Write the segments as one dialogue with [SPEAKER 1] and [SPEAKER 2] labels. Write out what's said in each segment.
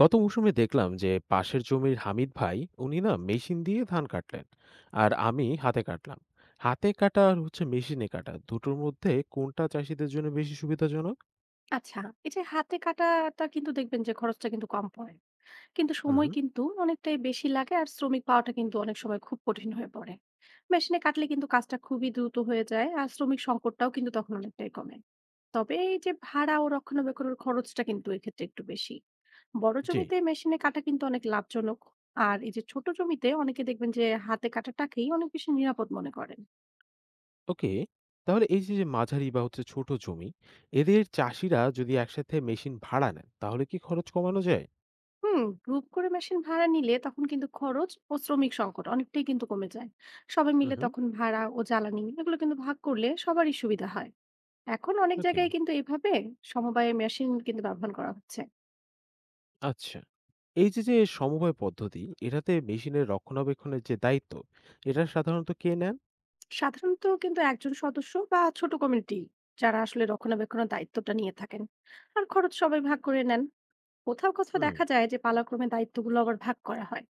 [SPEAKER 1] গত মৌসুমে দেখলাম যে পাশের জমির হামিদ ভাই উনি না মেশিন দিয়ে ধান কাটলেন আর আমি হাতে কাটলাম। হাতে কাটা আর হচ্ছে মেশিনে কাটা দুটোর মধ্যে কোনটা চাষিদের জন্য বেশি সুবিধাজনক?
[SPEAKER 2] আচ্ছা, এই যে হাতে কাটাটা কিন্তু দেখবেন যে খরচটা কিন্তু কম পড়ে। কিন্তু সময়
[SPEAKER 1] হুম।
[SPEAKER 2] কিন্তু অনেকটাই বেশি লাগে আর শ্রমিক পাওয়াটা কিন্তু অনেক সময় খুব কঠিন হয়ে পড়ে। মেশিনে কাটলে কিন্তু কাজটা খুবই দ্রুত হয়ে যায় আর শ্রমিক সংকটটাও কিন্তু তখন অনেকটাই কমে। তবে এই যে ভাড়া ও রক্ষণাবেক্ষণের খরচটা কিন্তু এক্ষেত্রে একটু বেশি। বড়
[SPEAKER 1] জি।
[SPEAKER 2] জমিতে মেশিনে কাটা কিন্তু অনেক লাভজনক। আর এই যে ছোট জমিতে অনেকে দেখবেন যে হাতে কাটাটাকেই অনেক বেশি নিরাপদ মনে করেন।
[SPEAKER 1] ওকে। তাহলে এই যে যে মাঝারি বা হচ্ছে ছোট জমি, এদের চাষিরা যদি একসাথে মেশিন ভাড়া নেন তাহলে কি খরচ কমানো যায়?
[SPEAKER 2] হুম, গ্রুপ করে মেশিন ভাড়া নিলে তখন কিন্তু খরচ ও শ্রমিক সংকট অনেকটাই কিন্তু কমে যায়। সবাই মিলে
[SPEAKER 1] হুম।
[SPEAKER 2] তখন ভাড়া ও জ্বালানি এগুলো কিন্তু ভাগ করলে সবারই সুবিধা হয়। এখন অনেক
[SPEAKER 1] ওকে।
[SPEAKER 2] জায়গায় কিন্তু এইভাবে সমবায় মেশিন কিন্তু ব্যবহার করা হচ্ছে।
[SPEAKER 1] আচ্ছা। এই যে যে সমবায় পদ্ধতি, এটাতে মেশিনের রক্ষণাবেক্ষণের যে দায়িত্ব, এটা সাধারণত কে নেন?
[SPEAKER 2] সাধারণত কিন্তু একজন সদস্য বা ছোট কমিটি যারা আসলে রক্ষণাবেক্ষণের দায়িত্বটা নিয়ে থাকেন আর খরচ সবাই ভাগ করে নেন। কোথাও কোথাও
[SPEAKER 1] হুম।
[SPEAKER 2] দেখা যায় যে পালাক্রমে দায়িত্বগুলো আবার ভাগ করা হয়।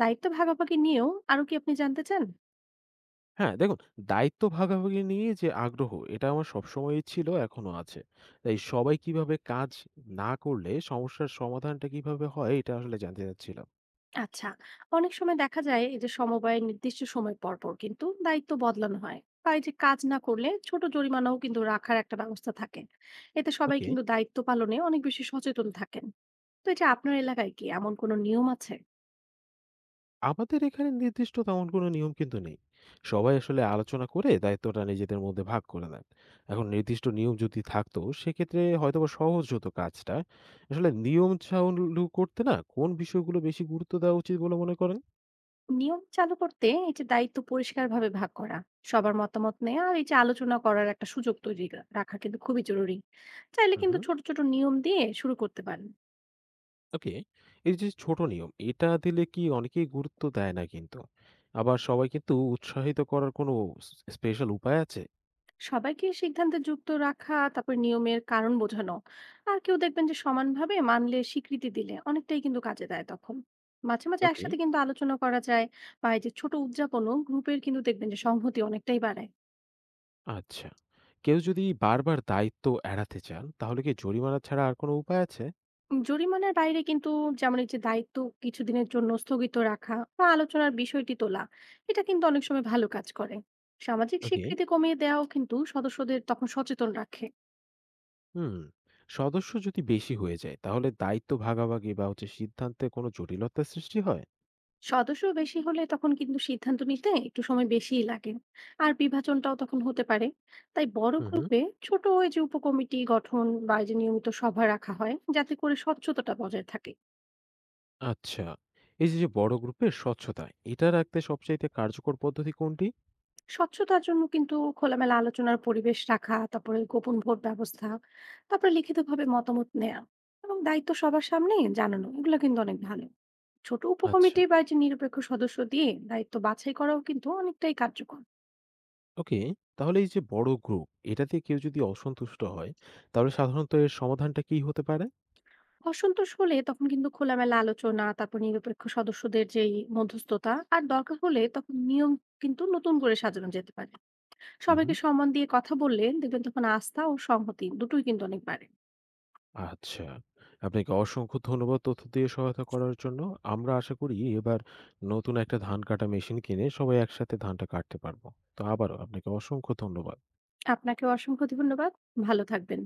[SPEAKER 2] দায়িত্ব ভাগাভাগি নিয়েও আরো কি আপনি জানতে চান?
[SPEAKER 1] হ্যাঁ, দেখুন, দায়িত্ব ভাগাভাগি নিয়ে যে আগ্রহ এটা আমার সবসময়ই ছিল, এখনো আছে। তাই সবাই কিভাবে কাজ না করলে সমস্যার সমাধানটা কিভাবে হয় এটা আসলে জানতে চাচ্ছিলাম।
[SPEAKER 2] আচ্ছা, অনেক সময় দেখা যায় এই যে সমবায়ের নির্দিষ্ট সময় পর পর কিন্তু দায়িত্ব বদলানো হয় বা এই যে কাজ না করলে ছোট জরিমানাও কিন্তু রাখার একটা ব্যবস্থা থাকে। এতে সবাই
[SPEAKER 1] ওকে,
[SPEAKER 2] কিন্তু দায়িত্ব পালনে অনেক বেশি সচেতন থাকেন। তো এই যে আপনার এলাকায় কি এমন কোনো নিয়ম আছে?
[SPEAKER 1] আমাদের এখানে নির্দিষ্ট তেমন কোনো নিয়ম কিন্তু নেই। সবাই আসলে আলোচনা করে দায়িত্বটা নিজেদের মধ্যে ভাগ করে নেন। এখন নির্দিষ্ট নিয়ম যদি থাকতো সেক্ষেত্রে হয়তোবা সহজ হতো কাজটা। আসলে নিয়ম চালু করতে না কোন বিষয়গুলো বেশি গুরুত্ব দেওয়া উচিত বলে মনে করেন?
[SPEAKER 2] নিয়ম চালু করতে এই যে দায়িত্ব পরিষ্কারভাবে ভাগ করা, সবার মতামত নেওয়া আর এই যে আলোচনা করার একটা সুযোগ তৈরি রাখা কিন্তু খুবই জরুরি। চাইলে
[SPEAKER 1] উহু।
[SPEAKER 2] কিন্তু ছোট ছোট নিয়ম দিয়ে শুরু করতে পারেন।
[SPEAKER 1] ওকে। এই যে ছোট নিয়ম, এটা দিলে কি অনেকেই গুরুত্ব দেয় না কিন্তু। আবার সবাই কিন্তু উৎসাহিত করার কোনো স স্পেশাল উপায় আছে?
[SPEAKER 2] সবাইকে সিদ্ধান্তে যুক্ত রাখা, তারপর নিয়মের কারণ বোঝানো আর কেউ দেখবেন যে সমানভাবে মানলে স্বীকৃতি দিলে অনেকটাই কিন্তু কাজে দেয় তখন। মাঝে মাঝে
[SPEAKER 1] ওকে।
[SPEAKER 2] একসাথে কিন্তু আলোচনা করা যায় বা এই যে ছোট উদযাপনও গ্রুপের কিন্তু দেখবেন যে সংহতি অনেকটাই বাড়ায়।
[SPEAKER 1] আচ্ছা। কেউ যদি বারবার দায়িত্ব এড়াতে চান, তাহলে কি জরিমানা ছাড়া আর কোনো উপায় আছে?
[SPEAKER 2] জরিমানার বাইরে কিন্তু যেমন এই যে দায়িত্ব কিছুদিনের জন্য স্থগিত রাখা বা আলোচনার বিষয়টি তোলা, এটা কিন্তু অনেক সময় ভালো কাজ করে। সামাজিক
[SPEAKER 1] ওকে,
[SPEAKER 2] স্বীকৃতি কমিয়ে দেওয়াও কিন্তু সদস্যদের তখন সচেতন রাখে।
[SPEAKER 1] হুম। সদস্য যদি বেশি হয়ে যায়, তাহলে দায়িত্ব ভাগাভাগি বা হচ্ছে সিদ্ধান্তে কোনো জটিলতার সৃষ্টি হয়?
[SPEAKER 2] সদস্য বেশি হলে তখন কিন্তু সিদ্ধান্ত নিতে একটু সময় বেশিই লাগে আর বিভাজনটাও তখন হতে পারে। তাই বড়
[SPEAKER 1] হুম, হুম।
[SPEAKER 2] গ্রুপে ছোট ওই যে উপকমিটি গঠন বা এই যে নিয়মিত সভা রাখা হয় যাতে করে স্বচ্ছতাটা বজায় থাকে।
[SPEAKER 1] আচ্ছা। এই যে বড় গ্রুপের স্বচ্ছতা, এটা রাখতে সবচাইতে কার্যকর পদ্ধতি কোনটি?
[SPEAKER 2] স্বচ্ছতার জন্য কিন্তু খোলামেলা আলোচনার পরিবেশ রাখা, তারপরে গোপন ভোট ব্যবস্থা, তারপরে লিখিতভাবে মতামত নেওয়া এবং দায়িত্ব সবার সামনে জানানো এগুলো কিন্তু অনেক ভালো। ছোট
[SPEAKER 1] আচ্ছা।
[SPEAKER 2] উপকমিটি বা এই যে নিরপেক্ষ সদস্য দিয়ে দায়িত্ব বাছাই করাও কিন্তু অনেকটাই কার্যকর।
[SPEAKER 1] ওকে, তাহলে এই যে বড় গ্রুপ এটাতে কেউ যদি অসন্তুষ্ট হয় তাহলে সাধারণত এর সমাধানটা কি হতে পারে?
[SPEAKER 2] অসন্তোষ হলে তখন কিন্তু খোলামেলা আলোচনা, তারপর নিরপেক্ষ সদস্যদের যেই মধ্যস্থতা আর দরকার হলে তখন নিয়ম কিন্তু নতুন করে সাজানো যেতে পারে।
[SPEAKER 1] উম হুম।
[SPEAKER 2] সবাইকে সম্মান দিয়ে কথা বললে দেখবেন তখন আস্থা ও সংহতি দুটোই কিন্তু অনেক বাড়ে।
[SPEAKER 1] আচ্ছা, আপনাকে অসংখ্য ধন্যবাদ তথ্য দিয়ে সহায়তা করার জন্য। আমরা আশা করি এবার নতুন একটা ধান কাটা মেশিন কিনে সবাই একসাথে ধানটা কাটতে পারবো। তো আবারও আপনাকে অসংখ্য ধন্যবাদ।
[SPEAKER 2] আপনাকেও অসংখ্য ধন্যবাদ। ভালো থাকবেন।